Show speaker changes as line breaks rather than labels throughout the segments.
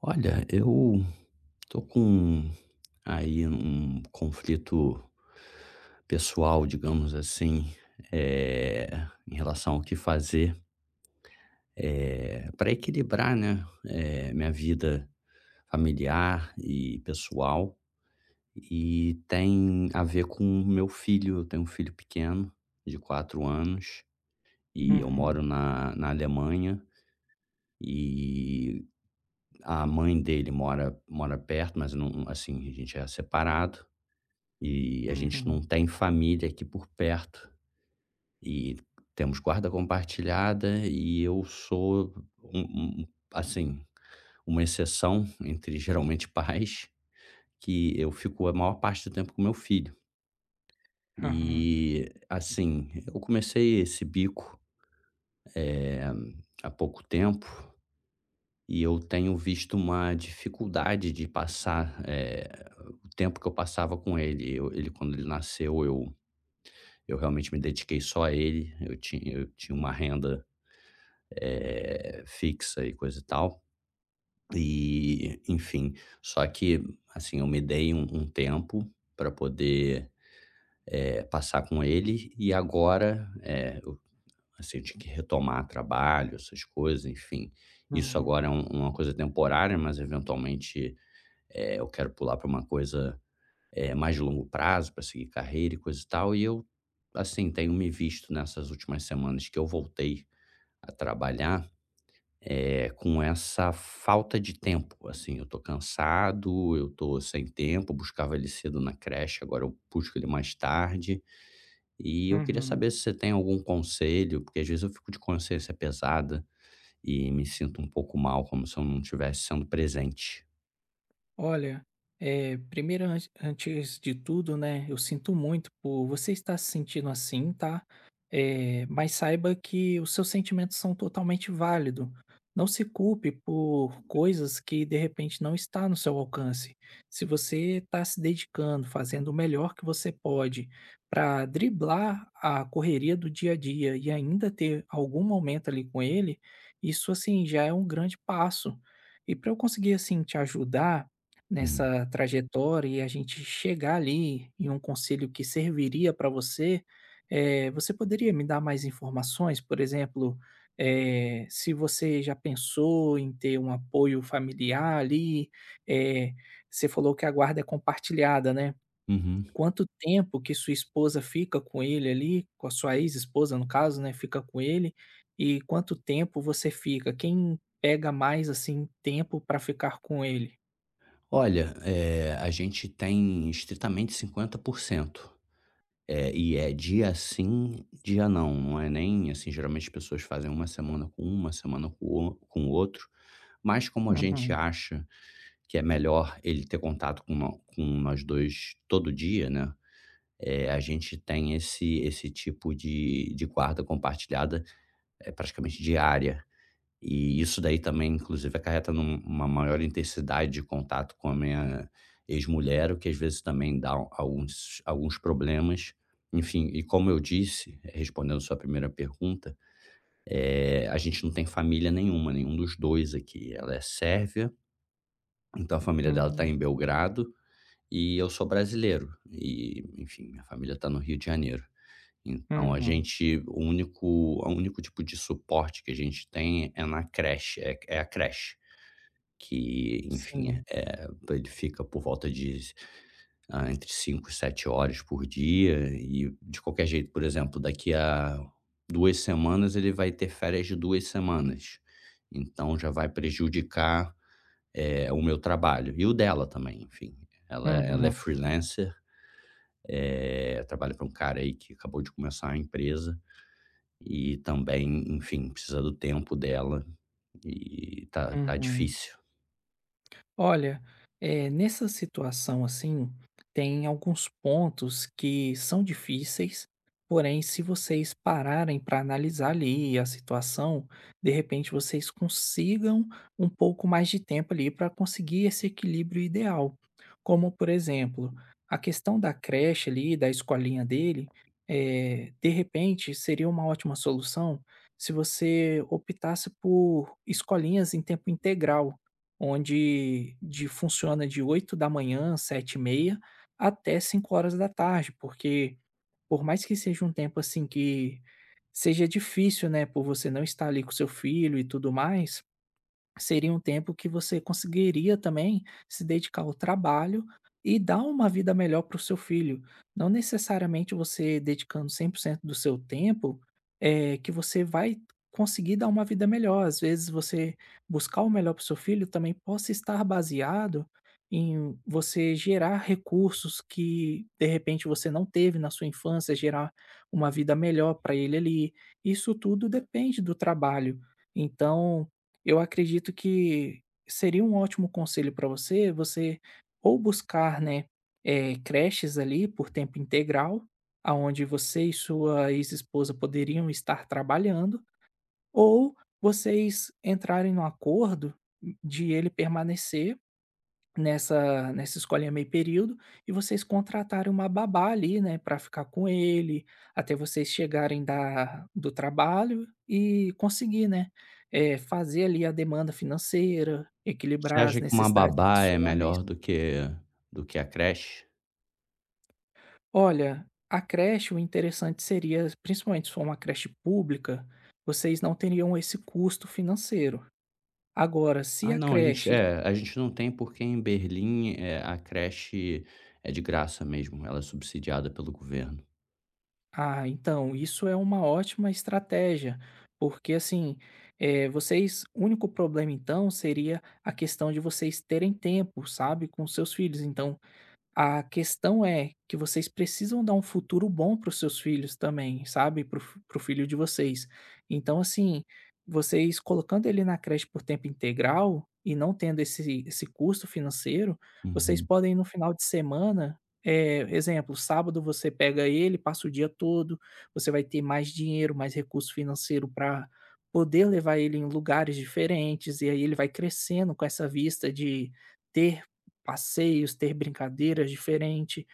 Olha, eu tô com aí um conflito pessoal, digamos assim, eh, em relação ao que fazer, para equilibrar, né, minha vida familiar e pessoal. E tem a ver com o meu filho. Eu tenho um filho pequeno de 4 anos e eu moro
Uhum,
na Alemanha, e a mãe dele mora perto, mas não assim, a gente é separado e a gente não
uhum,
tem família aqui por perto e temos guarda compartilhada e eu sou um um assim, uma exceção entre geralmente pais, que eu fico a maior parte do tempo com meu filho.
aham,
E, assim, eu comecei esse bico, eh, há pouco tempo. Eu tenho visto uma dificuldade de passar, o tempo que eu passava com ele. Eu Ele quando ele nasceu, eu realmente me dediquei só a ele. Eu tinha uma renda, fixa e coisa e tal. E, enfim, só que, assim, eu me dei um tempo para poder, passar com ele e agora, assim, eu tinha que retomar trabalho, essas coisas, enfim. Isso
uhum,
agora é uma coisa temporária, mas eventualmente eu quero pular para uma coisa, mais de longo prazo, para seguir carreira e coisa e tal. E eu, assim, tenho me visto nessas últimas semanas que eu voltei a trabalhar, com essa falta de tempo, assim, eu tô cansado, eu tô sem tempo, buscava ele cedo na creche, agora eu busco ele mais tarde. E eu queria
uhum.
saber se você tem algum conselho, porque às vezes eu fico de consciência pesada e me sinto um pouco mal, como se eu não estivesse sendo presente.
Olha, primeiro, antes de tudo, né, eu sinto muito por você estar se sentindo assim, tá? Mas saiba que os seus sentimentos são totalmente válidos. Não se culpe por coisas que de repente não está no seu alcance. Se você está se dedicando, fazendo o melhor que você pode para driblar a correria do dia a dia e ainda ter algum momento ali com ele, isso assim já é um grande passo. E para eu conseguir assim te ajudar,
Hum.
nessa trajetória e a gente chegar ali em um conselho que serviria para você, você poderia me dar mais informações? Por exemplo, se você já pensou em ter um apoio familiar ali, eh, você falou que a guarda é compartilhada, né?
Uhum.
Quanto tempo que sua esposa fica com ele ali, com a sua ex-esposa no caso, né, fica com ele, e quanto tempo você fica? Quem pega mais assim tempo para ficar com ele?
Olha, a gente tem estritamente 50%, e é dia sim, dia não, não é nem assim, geralmente as pessoas fazem uma semana com um, uma semana com o outro, mas como a gente
Uhum.
acha que é melhor ele ter contato com nós 2 todo dia, né, a gente tem esse tipo de guarda compartilhada, é praticamente diária. E isso daí também, inclusive, acarreta numa maior intensidade de contato com a minha ex-mulher, o que às vezes também dá alguns problemas. Enfim, e como eu disse, respondendo sua primeira pergunta, a gente não tem família nenhuma, nenhum dos 2 aqui. Ela é sérvia, então a família dela está
Hum.
em Belgrado, e eu sou brasileiro. E, enfim, minha família está no Rio de Janeiro. Então a
Uhum,
gente o único tipo de suporte que a gente tem é na creche, é a creche que, enfim,
sim.
ele fica por volta de, entre 5 e 7 horas por dia e, de qualquer jeito, por exemplo, daqui a 2 semanas ele vai ter férias de 2 semanas, então já vai prejudicar, o meu trabalho e o dela também, enfim. Ela é
Uhum,
freelancer, trabalha para um cara aí que acabou de começar a empresa e também, enfim, precisa do tempo dela e tá
uhum.
difícil.
Olha, nessa situação assim, tem alguns pontos que são difíceis, porém, se vocês pararem para analisar ali a situação, de repente vocês consigam um pouco mais de tempo ali para conseguir esse equilíbrio ideal. Como, por exemplo, a questão da creche ali, da escolinha dele, de repente seria uma ótima solução se você optasse por escolinhas em tempo integral onde de funciona de 8 da manhã 7:30 até 5 horas da tarde, porque por mais que seja um tempo, assim, que seja difícil, né, por você não estar ali com seu filho e tudo mais, seria um tempo que você conseguiria também se dedicar ao trabalho e dar uma vida melhor para o seu filho. Não necessariamente você dedicando 100% do seu tempo, que você vai conseguir dar uma vida melhor. Às vezes você buscar o melhor para o seu filho também possa estar baseado em você gerar recursos que de repente você não teve na sua infância, gerar uma vida melhor para ele ali. Isso tudo depende do trabalho. Então eu acredito que seria um ótimo conselho para você, você ou buscar, né, creches ali por tempo integral, aonde você e sua ex-esposa poderiam estar trabalhando, ou vocês entrarem no acordo de ele permanecer nessa escolinha meio período, e vocês contrataram uma babá ali, né, para ficar com ele, até vocês chegarem da do trabalho e conseguir, né, fazer ali a demanda financeira,
Você
equilibrar
acha
as
que uma
necessidades
babá é
pessoais.
melhor do que a creche?
Olha, a creche, o interessante seria, principalmente se for uma creche pública, vocês não teriam esse custo financeiro. Agora, se
Ah,
a
não,
creche...
a gente não tem porque em Berlim, a creche é de graça mesmo, ela é subsidiada pelo governo.
Ah, então, isso é uma ótima estratégia, porque assim, vocês, o único problema então seria a questão de vocês terem tempo, sabe, com seus filhos. Então, a questão é que vocês precisam dar um futuro bom para os seus filhos também, sabe, para o filho de vocês. Então, assim, vocês colocando ele na creche por tempo integral e não tendo esse custo financeiro, vocês
Uhum.
podem no final de semana, exemplo, sábado você pega ele, passa o dia todo, você vai ter mais dinheiro, mais recurso financeiro para poder levar ele em lugares diferentes, e aí ele vai crescendo com essa vista de ter passeios, ter brincadeiras diferentes.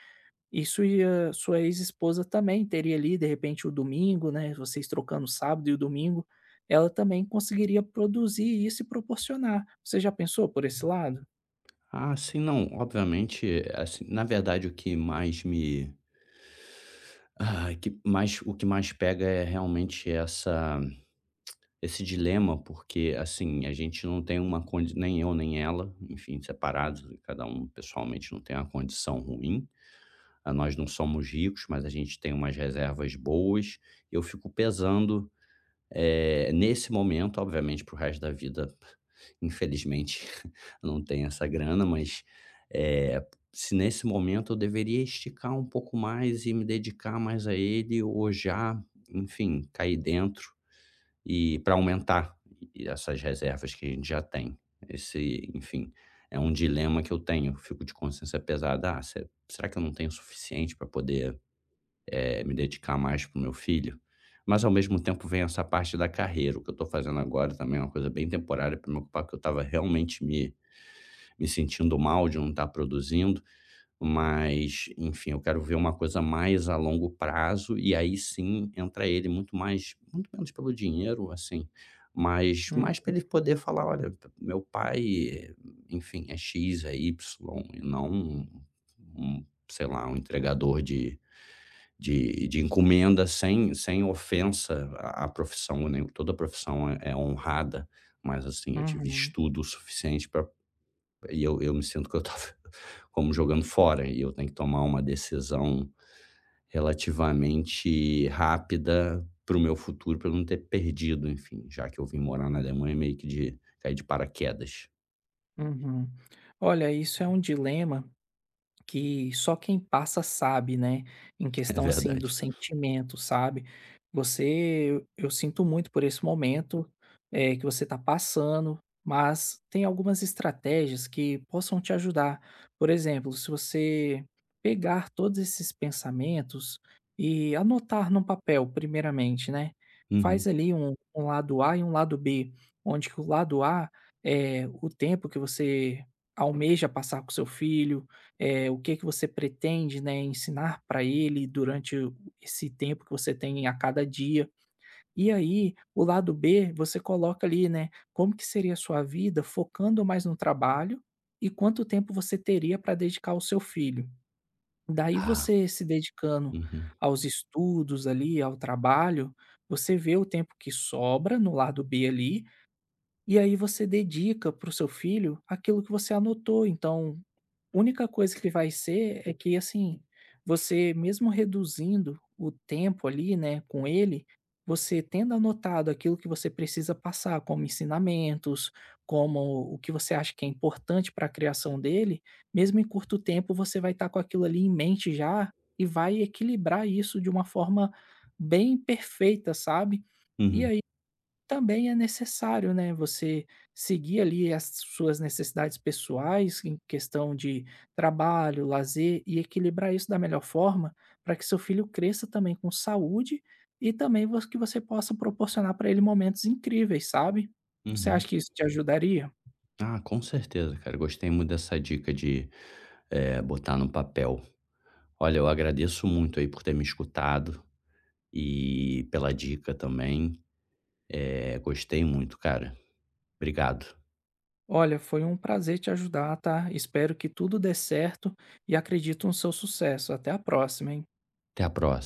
Isso e a sua ex-esposa também teria ali, de repente, o domingo, né? Vocês trocando o sábado e o domingo, ela também conseguiria produzir isso e proporcionar. Você já pensou por esse lado?
Ah, sim, não, obviamente, assim, na verdade o que mais me ah, que mais o que mais pega é realmente essa esse dilema, porque, assim, a gente não tem uma condi nem eu nem ela, enfim, separados, cada um pessoalmente não tem uma condição ruim. Ah, nós não somos ricos, mas a gente tem umas reservas boas. Eu fico pesando, nesse momento, obviamente, para o resto da vida, infelizmente, eu não tenho essa grana, mas, eh, se nesse momento eu deveria esticar um pouco mais e me dedicar mais a ele ou já, enfim, cair dentro e para aumentar e essas reservas que a gente já tem. Esse, enfim, é um dilema que eu tenho, fico de consciência pesada: "Ah, se é, será que eu não tenho o suficiente para poder me dedicar mais pro meu filho. Mas ao mesmo tempo vem essa parte da carreira. O que eu estou fazendo agora também é uma coisa bem temporária para me ocupar, porque eu estava realmente me sentindo mal de não estar produzindo. Mas, enfim, eu quero ver uma coisa mais a longo prazo, e aí sim entra ele muito mais, muito menos pelo dinheiro, assim, mas
Hum,
mais para ele poder falar, olha, meu pai, eh, enfim, é X, é Y, e não um, sei lá, um entregador de encomenda sem ofensa à profissão, né, toda profissão é honrada, mas, assim, eu tive
Uhum,
estudo suficiente para e eu me sinto que eu estava como jogando fora, e eu tenho que tomar uma decisão relativamente rápida para o meu futuro, para eu não ter perdido, enfim, já que eu vim morar na Alemanha meio que de cair de paraquedas.
uhum. Olha, isso é um dilema que só quem passa sabe, né, em
É
questão, assim, do
verdade.
sentimento, sabe. Você Eu sinto muito por esse momento, que você está passando, mas tem algumas estratégias que possam te ajudar. Por exemplo, se você pegar todos esses pensamentos e anotar num papel primeiramente, né. Faz
Uhum.
ali um lado A e um lado B, onde que o lado A é o tempo que você almeja passar com seu filho, é o que que você pretende, né, ensinar para ele durante o esse tempo que você tem a cada dia. E aí, o lado B, você coloca ali, né, como que seria a sua vida focando mais no trabalho e quanto tempo você teria para dedicar ao seu filho. Daí
Ah,
você se dedicando
uhum,
aos estudos ali, ao trabalho, você vê o tempo que sobra no lado B ali, e aí você dedica para o seu filho aquilo que você anotou. Então, única coisa que vai ser é que, assim, você mesmo reduzindo o tempo ali, né, com ele, você tendo anotado aquilo que você precisa passar como ensinamentos, como o que você acha que é importante para a criação dele, mesmo em curto tempo você vai estar com aquilo ali em mente já e vai equilibrar isso de uma forma bem perfeita, sabe. E
uhum,
aí também é necessário, né, você seguir ali as suas necessidades pessoais em questão de trabalho, lazer e equilibrar isso da melhor forma, para que seu filho cresça também com saúde e também vo que você possa proporcionar para ele momentos incríveis, sabe. Você acha
uhum.
que isso te ajudaria?
Ah, com certeza, cara, gostei muito dessa dica de botar no papel. Olha, eu agradeço muito aí por ter me escutado e pela dica também. Gostei muito, cara. Obrigado.
Olha, foi um prazer te ajudar, tá. Espero que tudo dê certo e acredito no seu sucesso. Até a próxima, hein.
Até a próxima.